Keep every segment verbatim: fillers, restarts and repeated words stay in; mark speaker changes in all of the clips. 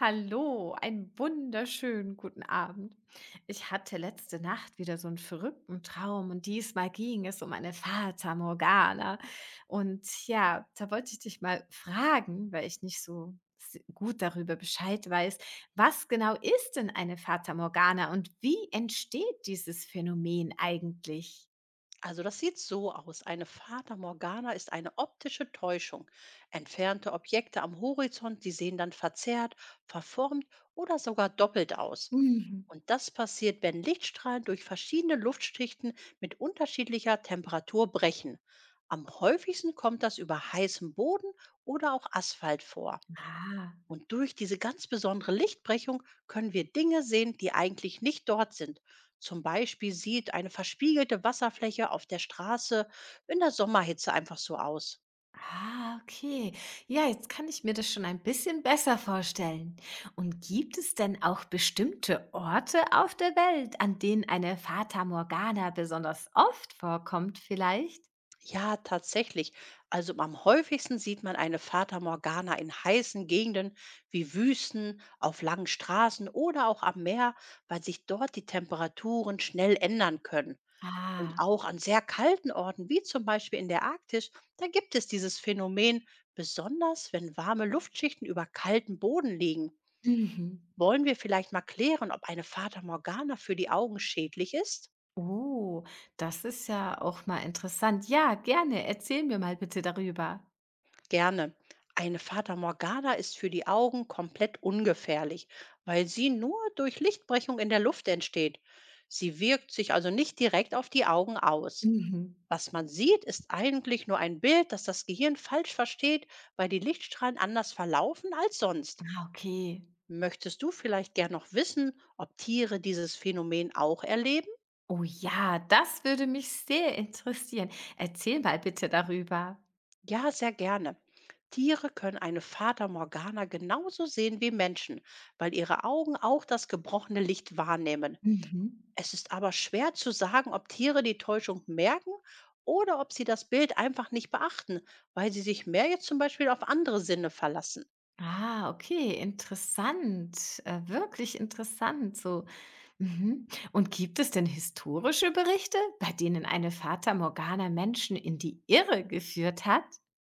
Speaker 1: Hallo, einen wunderschönen guten Abend. Ich hatte letzte Nacht wieder so einen verrückten Traum und diesmal ging es um eine Fata Morgana. Und ja, da wollte ich dich mal fragen, weil ich nicht so s- gut darüber Bescheid weiß, was genau ist denn eine Fata Morgana und wie entsteht dieses Phänomen eigentlich?
Speaker 2: Also das sieht so aus. Eine Fata Morgana ist eine optische Täuschung. Entfernte Objekte am Horizont, die sehen dann verzerrt, verformt oder sogar doppelt aus.
Speaker 1: Mhm.
Speaker 2: Und das passiert, wenn Lichtstrahlen durch verschiedene Luftschichten mit unterschiedlicher Temperatur brechen. Am häufigsten kommt das über heißem Boden oder auch Asphalt vor.
Speaker 1: Ah.
Speaker 2: Und durch diese ganz besondere Lichtbrechung können wir Dinge sehen, die eigentlich nicht dort sind. Zum Beispiel sieht eine verspiegelte Wasserfläche auf der Straße in der Sommerhitze einfach so aus.
Speaker 1: Ah, okay. Ja, jetzt kann ich mir das schon ein bisschen besser vorstellen. Und gibt es denn auch bestimmte Orte auf der Welt, an denen eine Fata Morgana besonders oft vorkommt, vielleicht?
Speaker 2: Ja, tatsächlich. Also am häufigsten sieht man eine Fata Morgana in heißen Gegenden wie Wüsten, auf langen Straßen oder auch am Meer, weil sich dort die Temperaturen schnell ändern können. Und
Speaker 1: Ah,
Speaker 2: auch an sehr kalten Orten, wie zum Beispiel in der Arktis, da gibt es dieses Phänomen, besonders wenn warme Luftschichten über kalten Boden liegen.
Speaker 1: mhm.
Speaker 2: Wollen wir vielleicht mal klären, ob eine Fata Morgana für die Augen schädlich ist?
Speaker 1: Oh, das ist ja auch mal interessant. Ja, gerne. Erzähl mir mal bitte darüber.
Speaker 2: Gerne. Eine Fata Morgana ist für die Augen komplett ungefährlich, weil sie nur durch Lichtbrechung in der Luft entsteht. Sie wirkt sich also nicht direkt auf die Augen aus.
Speaker 1: Mhm.
Speaker 2: Was man sieht, ist eigentlich nur ein Bild, das das Gehirn falsch versteht, weil die Lichtstrahlen anders verlaufen als sonst.
Speaker 1: Ah, okay.
Speaker 2: Möchtest du vielleicht gern noch wissen, ob Tiere dieses Phänomen auch erleben?
Speaker 1: Oh ja, das würde mich sehr interessieren. Erzähl mal bitte darüber.
Speaker 2: Ja, sehr gerne. Tiere können eine Fata Morgana genauso sehen wie Menschen, weil ihre Augen auch das gebrochene Licht wahrnehmen.
Speaker 1: Mhm.
Speaker 2: Es ist aber schwer zu sagen, ob Tiere die Täuschung merken oder ob sie das Bild einfach nicht beachten, weil sie sich mehr jetzt zum Beispiel auf andere Sinne verlassen.
Speaker 1: Ah, okay, interessant, äh, wirklich interessant so. Mhm. Und gibt es denn historische Berichte, bei denen eine Fata Morgana Menschen in die Irre geführt hat?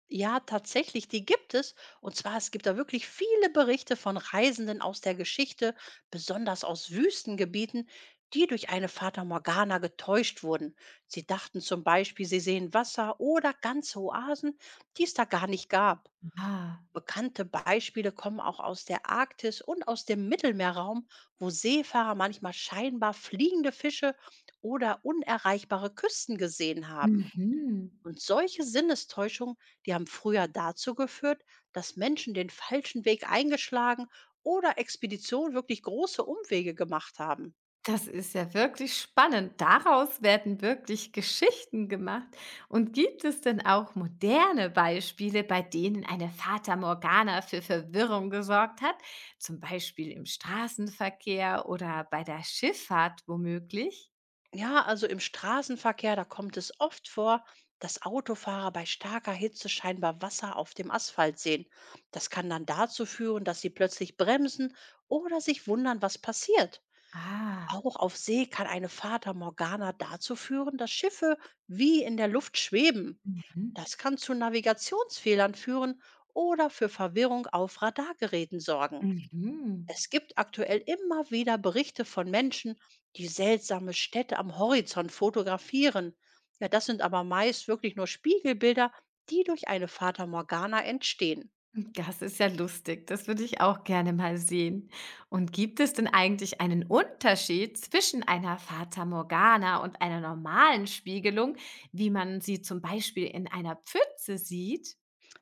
Speaker 2: Ja, tatsächlich, die gibt es. Und zwar, es gibt da wirklich viele Berichte von Reisenden aus der Geschichte, besonders aus Wüstengebieten, die durch eine Fata Morgana getäuscht wurden. Sie dachten zum Beispiel, sie sehen Wasser oder ganze Oasen, die es da gar nicht gab.
Speaker 1: Ah,
Speaker 2: Bekannte Beispiele kommen auch aus der Arktis und aus dem Mittelmeerraum, wo Seefahrer manchmal scheinbar fliegende Fische oder unerreichbare Küsten gesehen haben.
Speaker 1: mhm.
Speaker 2: Und solche Sinnestäuschungen, die haben früher dazu geführt, dass Menschen den falschen Weg eingeschlagen oder Expeditionen wirklich große Umwege gemacht haben.
Speaker 1: Das ist ja wirklich spannend. Daraus werden wirklich Geschichten gemacht. Und gibt es denn auch moderne Beispiele, bei denen eine Fata Morgana für Verwirrung gesorgt hat? Zum Beispiel im Straßenverkehr oder bei der Schifffahrt womöglich?
Speaker 2: Ja, also im Straßenverkehr, da kommt es oft vor, dass Autofahrer bei starker Hitze scheinbar Wasser auf dem Asphalt sehen. Das kann dann dazu führen, dass sie plötzlich bremsen oder sich wundern, was passiert.
Speaker 1: Ah,
Speaker 2: Auch auf See kann eine Fata Morgana dazu führen, dass Schiffe wie in der Luft schweben.
Speaker 1: mhm.
Speaker 2: Das kann zu Navigationsfehlern führen oder für Verwirrung auf Radargeräten sorgen.
Speaker 1: Mhm. Mhm.
Speaker 2: Es gibt aktuell immer wieder Berichte von Menschen, die seltsame Städte am Horizont fotografieren. Ja, das sind aber meist wirklich nur Spiegelbilder, die durch eine Fata Morgana entstehen.
Speaker 1: Das ist ja lustig. Das würde ich auch gerne mal sehen. Und gibt es denn eigentlich einen Unterschied zwischen einer Fata Morgana und einer normalen Spiegelung, wie man sie zum Beispiel in einer Pfütze sieht?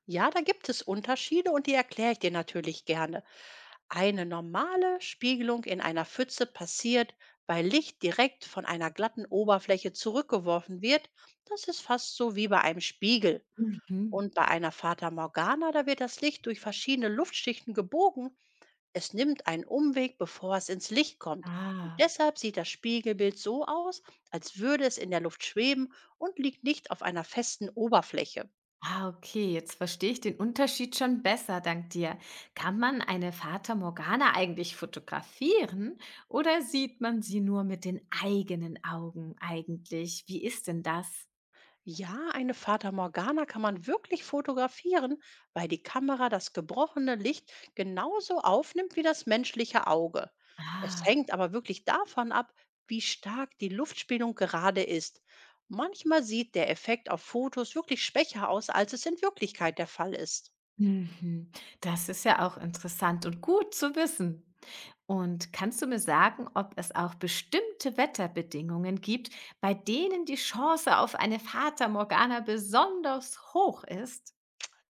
Speaker 2: Ja, da gibt es Unterschiede und die erkläre ich dir natürlich gerne. Eine normale Spiegelung in einer Pfütze passiert, weil Licht direkt von einer glatten Oberfläche zurückgeworfen wird. Das ist fast so wie bei einem Spiegel.
Speaker 1: Mhm.
Speaker 2: Und bei einer Fata Morgana, da wird das Licht durch verschiedene Luftschichten gebogen. Es nimmt einen Umweg, bevor es ins Licht kommt. Und
Speaker 1: Ah.
Speaker 2: deshalb sieht das Spiegelbild so aus, als würde es in der Luft schweben und liegt nicht auf einer festen Oberfläche.
Speaker 1: Ah, okay, jetzt verstehe ich den Unterschied schon besser, dank dir. Kann man eine Fata Morgana eigentlich fotografieren oder sieht man sie nur mit den eigenen Augen eigentlich? Wie ist denn das?
Speaker 2: Ja, eine Fata Morgana kann man wirklich fotografieren, weil die Kamera das gebrochene Licht genauso aufnimmt wie das menschliche Auge. Es
Speaker 1: Ah.
Speaker 2: hängt aber wirklich davon ab, wie stark die Luftspannung gerade ist. Manchmal sieht der Effekt auf Fotos wirklich schwächer aus, als es in Wirklichkeit der Fall ist.
Speaker 1: Mhm. Das ist ja auch interessant und gut zu wissen. Und kannst du mir sagen, ob es auch bestimmte Wetterbedingungen gibt, bei denen die Chance auf eine Fata Morgana besonders hoch ist?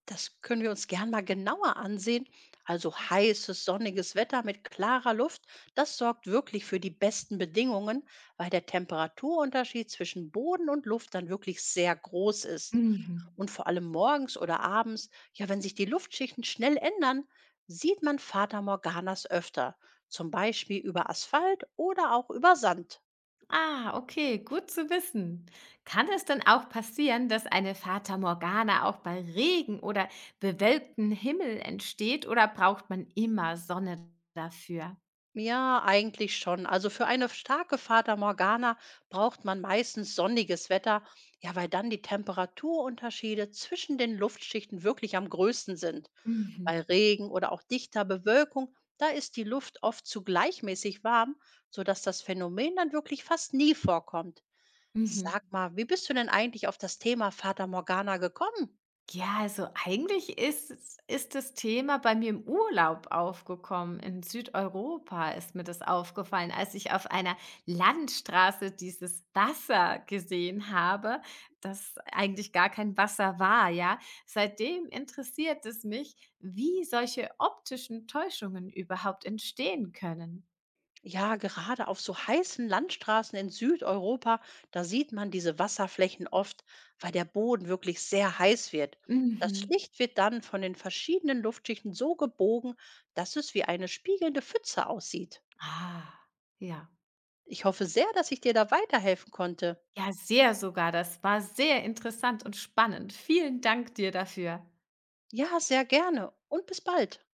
Speaker 2: Das können wir uns gern mal genauer ansehen. Also heißes, sonniges Wetter mit klarer Luft, das sorgt wirklich für die besten Bedingungen, weil der Temperaturunterschied zwischen Boden und Luft dann wirklich sehr groß ist.
Speaker 1: Mhm.
Speaker 2: Und vor allem morgens oder abends, ja, wenn sich die Luftschichten schnell ändern, sieht man Fata Morganas öfter, zum Beispiel über Asphalt oder auch über Sand.
Speaker 1: Ah, okay, gut zu wissen. Kann es denn auch passieren, dass eine Fata Morgana auch bei Regen oder bewölktem Himmel entsteht oder braucht man immer Sonne dafür?
Speaker 2: Ja, eigentlich schon. Also für eine starke Fata Morgana braucht man meistens sonniges Wetter, ja, weil dann die Temperaturunterschiede zwischen den Luftschichten wirklich am größten sind.
Speaker 1: Mhm.
Speaker 2: Bei Regen oder auch dichter Bewölkung, da ist die Luft oft zu gleichmäßig warm, sodass das Phänomen dann wirklich fast nie vorkommt.
Speaker 1: Mhm.
Speaker 2: Sag mal, wie bist du denn eigentlich auf das Thema Fata Morgana gekommen?
Speaker 1: Ja, also eigentlich ist es ist das Thema bei mir im Urlaub aufgekommen. In Südeuropa ist mir das aufgefallen, als ich auf einer Landstraße dieses Wasser gesehen habe, das eigentlich gar kein Wasser war, ja. Seitdem interessiert es mich, wie solche optischen Täuschungen überhaupt entstehen können.
Speaker 2: Ja, gerade auf so heißen Landstraßen in Südeuropa, da sieht man diese Wasserflächen oft, weil der Boden wirklich sehr heiß wird. Das
Speaker 1: Mhm.
Speaker 2: Licht wird dann von den verschiedenen Luftschichten so gebogen, dass es wie eine spiegelnde Pfütze aussieht.
Speaker 1: Ah, ja.
Speaker 2: Ich hoffe sehr, dass ich dir da weiterhelfen konnte.
Speaker 1: Ja, sehr sogar. Das war sehr interessant und spannend. Vielen Dank dir dafür.
Speaker 2: Ja, sehr gerne und bis bald.